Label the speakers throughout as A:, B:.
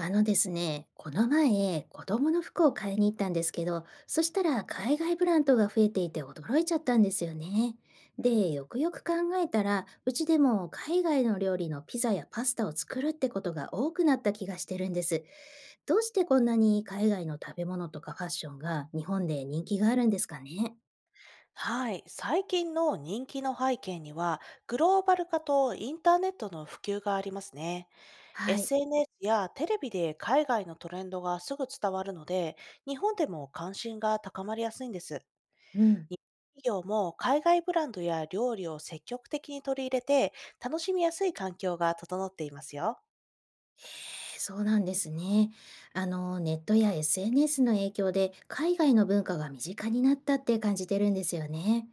A: あのですね、この前、子供の服を買いに行ったんですけど、そしたら海外ブランドが増えていて驚いちゃったんですよね。で、よくよく考えたら、うちでも海外の料理のピザやパスタを作るってことが多くなった気がしてるんです。どうしてこんなに海外の食べ物とかファッションが日本で人気があるんですかね。
B: はい、最近の人気の背景には、グローバル化とインターネットの普及がありますね。
A: はい。
B: SNS やテレビで海外のトレンドがすぐ伝わるので、日本でも関心が高まりやすいんです。
A: うん。
B: 日本企業も海外ブランドや料理を積極的に取り入れて、楽しみやすい環境が整っていますよ。
A: そうなんですね。ネットや SNS の影響で海外の文化が身近になったって感じてるんですよね。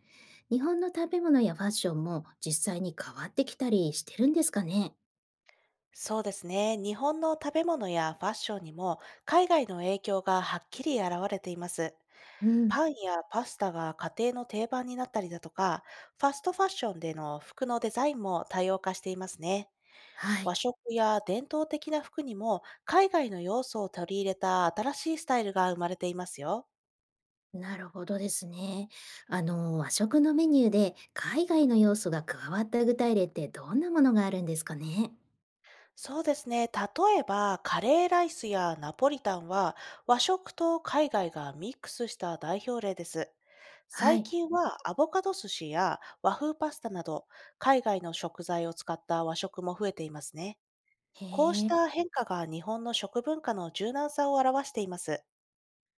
A: 日本の食べ物やファッションも実際に変わってきたりしてるんですかね。
B: そうですね。日本の食べ物やファッションにも海外の影響がはっきり現れています。
A: うん、
B: パンやパスタが家庭の定番になったりだとか、ファストファッションでの服のデザインも多様化していますね。
A: は
B: 和
A: い。
B: 食や伝統的な服にも海外の要素を取り入れた新しいスタイルが生まれていますよ。
A: なるほどですね。和食のメニューで海外の要素が加わった具体例ってどんなものがあるんですかね。
B: そうですね。例えば、カレーライスやナポリタンは和食と海外がミックスした代表例です。
A: は
B: 最
A: い。
B: 近はアボカド寿司や和風パスタなど海外の食材を使った和食も増えていますね。
A: へ
B: こうし
A: え。
B: た変化が日本の食文化の柔軟さを表しています。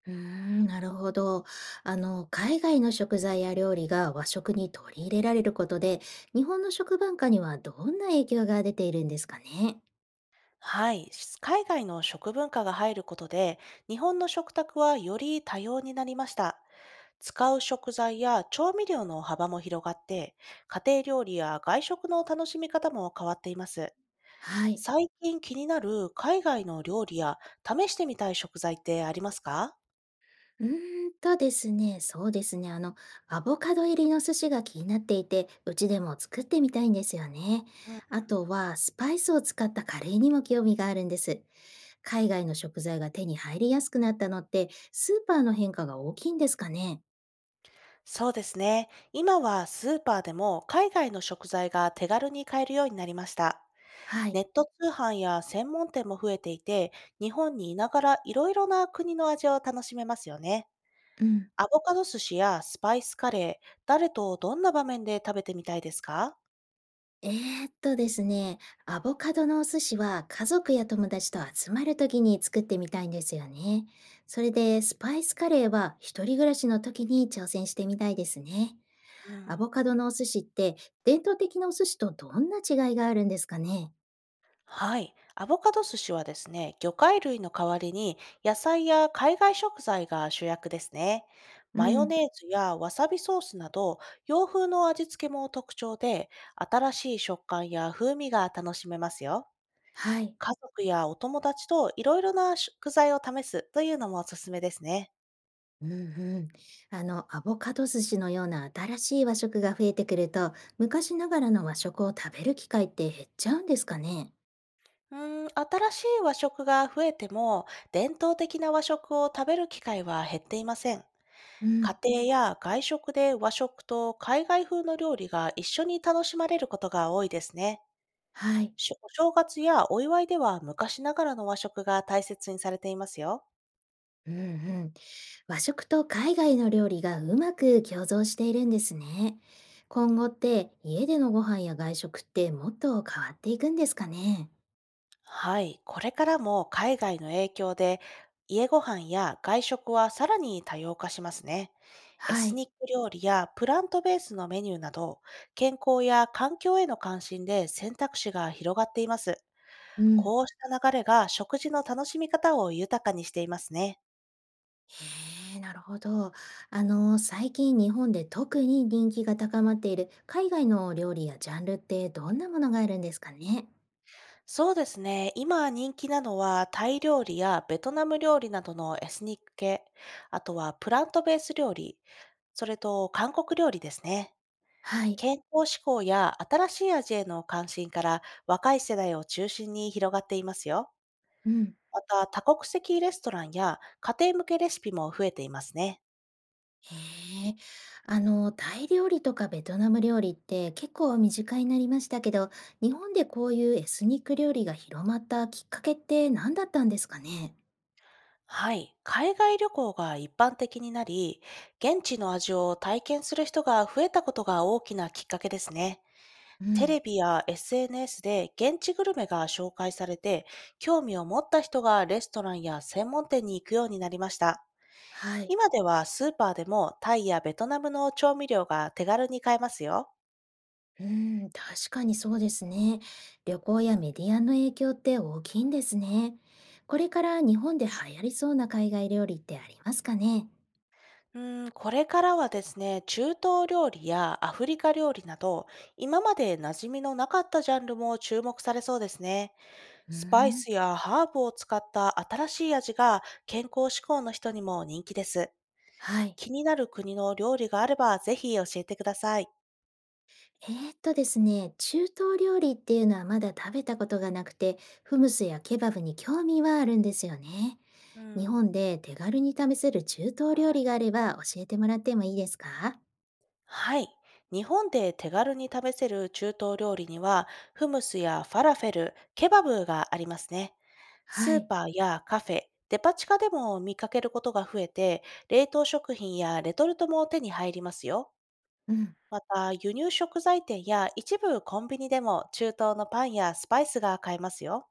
A: うーん、なるほど。海外の食材や料理が和食に取り入れられることで、日本の食文化にはどんな影響が出ているんですかね。
B: はい。海外の食文化が入ることで、日本の食卓はより多様になりました。使う食材や調味料の幅も広がって、家庭料理や外食の楽しみ方も変わっています。
A: はい。
B: 最近気になる海外の料理や試してみたい食材ってありますか？
A: うーんとですね、そうですね。アボカド入りの寿司が気になっていて、うちでも作ってみたいんですよね。
B: うん、
A: あとは、スパイスを使ったカレーにも興味があるんです。海外の食材が手に入りやすくなったのって、スーパーの変化が大きいんですかね。
B: そうですね。今はスーパーでも海外の食材が手軽に買えるようになりました。
A: は
B: ネ
A: い。
B: ット通販や専門店も増えていて、日本にいながらいろいろな国の味を楽しめますよね。
A: うん。
B: アボカド寿司やスパイスカレー、誰とどんな場面で食べてみたいですか？
A: ですね、アボカドのお寿司は家族や友達と集まる時に作ってみたいんですよね。それでスパイスカレーは一人暮らしの時に挑戦してみたいですね。
B: う
A: ア
B: ん、
A: ボカドのお寿司って伝統的なお寿司とどんな違いがあるんですかね。
B: はい。アボカド寿司はですね、魚介類の代わりに野菜や海外食材が主役ですね。
A: う
B: マヨ
A: ん、
B: ネーズやわさびソースなど洋風の味付けも特徴で、新しい食感や風味が楽しめますよ。
A: はい。
B: 家族やお友達といろいろな食材を試すというのもおすすめですね。
A: うんうん。アボカド寿司のような新しい和食が増えてくると、昔ながらの和食を食べる機会って減っちゃうんですかね。
B: うーん、新しい和食が増えても、伝統的な和食を食べる機会は減っていません。
A: う
B: 家
A: ん、
B: 庭や外食で和食と海外風の料理が一緒に楽しまれることが多いですね。
A: はい。
B: しお正月やお祝いでは昔ながらの和食が大切にされていますよ。
A: うんうん。和食と海外の料理がうまく共存しているんですね。今後って家でのご飯や外食ってもっと変わっていくんですかね。
B: はい、これからも海外の影響で家ご飯や外食はさらに多様化しますね。エ
A: は
B: ス
A: い。
B: ニック料理やプラントベースのメニューなど、健康や環境への関心で選択肢が広がっています。
A: うん。
B: こうした流れが食事の楽しみ方を豊かにしていますね。
A: へえ、なるほど。最近日本で特に人気が高まっている海外の料理やジャンルってどんなものがあるんですかね。
B: そうですね。今人気なのはタイ料理やベトナム料理などのエスニック系、あとはプラントベース料理、それと韓国料理ですね。
A: はい。
B: 健康志向や新しい味への関心から若い世代を中心に広がっていますよ。
A: うん。
B: また多国籍レストランや家庭向けレシピも増えていますね。
A: へえ、タイ料理とかベトナム料理って結構身近になりましたけど、日本でこういうエスニック料理が広まったきっかけって何だったんですかね。
B: はい。海外旅行が一般的になり、現地の味を体験する人が増えたことが大きなきっかけですね。
A: う
B: テレ
A: ん、
B: ビや SNS で現地グルメが紹介されて、興味を持った人がレストランや専門店に行くようになりました。
A: はい。
B: 今ではスーパーでもタイやベトナムの調味料が手軽に買えますよ。
A: うん、確かにそうですね。旅行やメディアの影響って大きいんですね。これから日本で流行りそうな海外料理ってありますかね。
B: うーん、これからはですね、中東料理やアフリカ料理など、今まで馴染みのなかったジャンルも注目されそうですね。
A: う
B: スパイ
A: ん、
B: スやハーブを使った新しい味が健康志向の人にも人気です。
A: はい。
B: 気になる国の料理があれば、ぜひ教えてください。
A: ですね、中東料理っていうのはまだ食べたことがなくて、フムスやケバブに興味はあるんですよね。
B: う
A: 日
B: ん。
A: 本で手軽に試せる中東料理があれば教えてもらってもいいですか。
B: はい。日本で手軽に食べせる中東料理には、フムスやファラフェル、ケバブがありますね。ス
A: は
B: ー
A: い。
B: パーやカフェ、デパ地下でも見かけることが増えて、冷凍食品やレトルトも手に入りますよ。
A: うん。
B: また、輸入食材店や一部コンビニでも中東のパンやスパイスが買えますよ。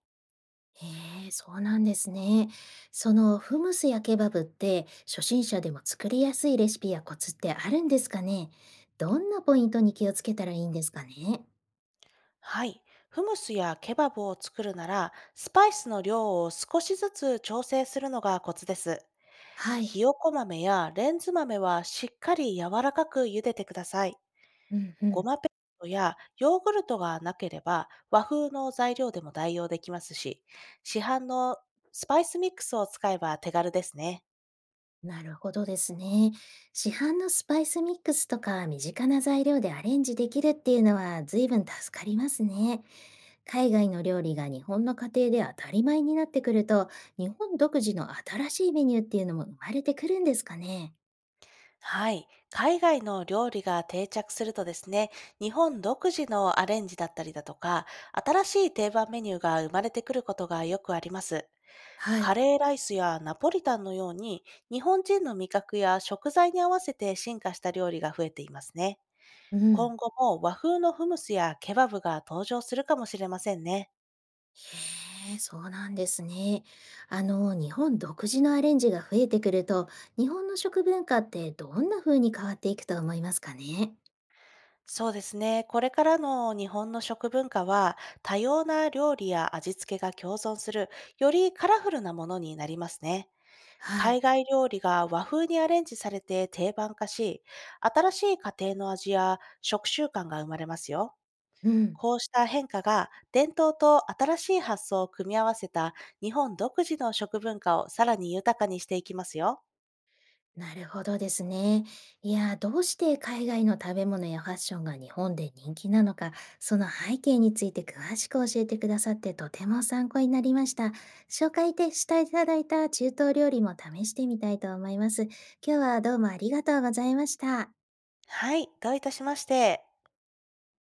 A: へえ、そうなんですね。そのフムスやケバブって初心者でも作りやすいレシピやコツってあるんですかね。どんなポイントに気をつけたらいいんですかね。
B: はい。フムスやケバブを作るなら、スパイスの量を少しずつ調整するのがコツです。
A: はい。
B: ひよこ豆やレンズ豆はしっかり柔らかく茹でてください。
A: うんう
B: ご
A: ん。
B: まペーストやヨーグルトがなければ和風の材料でも代用できますし、市販のスパイスミックスを使えば手軽ですね。
A: なるほどですね。市販のスパイスミックスとか身近な材料でアレンジできるっていうのは随分助かりますね。海外の料理が日本の家庭で当たり前になってくると、日本独自の新しいメニューっていうのも生まれてくるんですかね。
B: はい。海外の料理が定着するとですね、日本独自のアレンジだったりだとか、新しい定番メニューが生まれてくることがよくあります。
A: は
B: カ
A: い。
B: レーライスやナポリタンのように、日本人の味覚や食材に合わせて進化した料理が増えていますね。
A: うん。
B: 今後も和風のフムスやケバブが登場するかもしれませんね。
A: へえ、そうなんですね。日本独自のアレンジが増えてくると、日本の食文化ってどんな風に変わっていくと思いますかね。
B: そうですね。これからの日本の食文化は、多様な料理や味付けが共存する、よりカラフルなものになりますね。
A: は
B: 海
A: い。
B: 外料理が和風にアレンジされて定番化し、新しい家庭の味や食習慣が生まれますよ。
A: うん。
B: こうした変化が伝統と新しい発想を組み合わせた日本独自の食文化をさらに豊かにしていきますよ。
A: なるほどですね。いや、どうして海外の食べ物やファッションが日本で人気なのか、その背景について詳しく教えてくださってとても参考になりました。紹介でしていただいた中東料理も試してみたいと思います。今日はどうもありがとうございました。
B: はい、どういたしまして。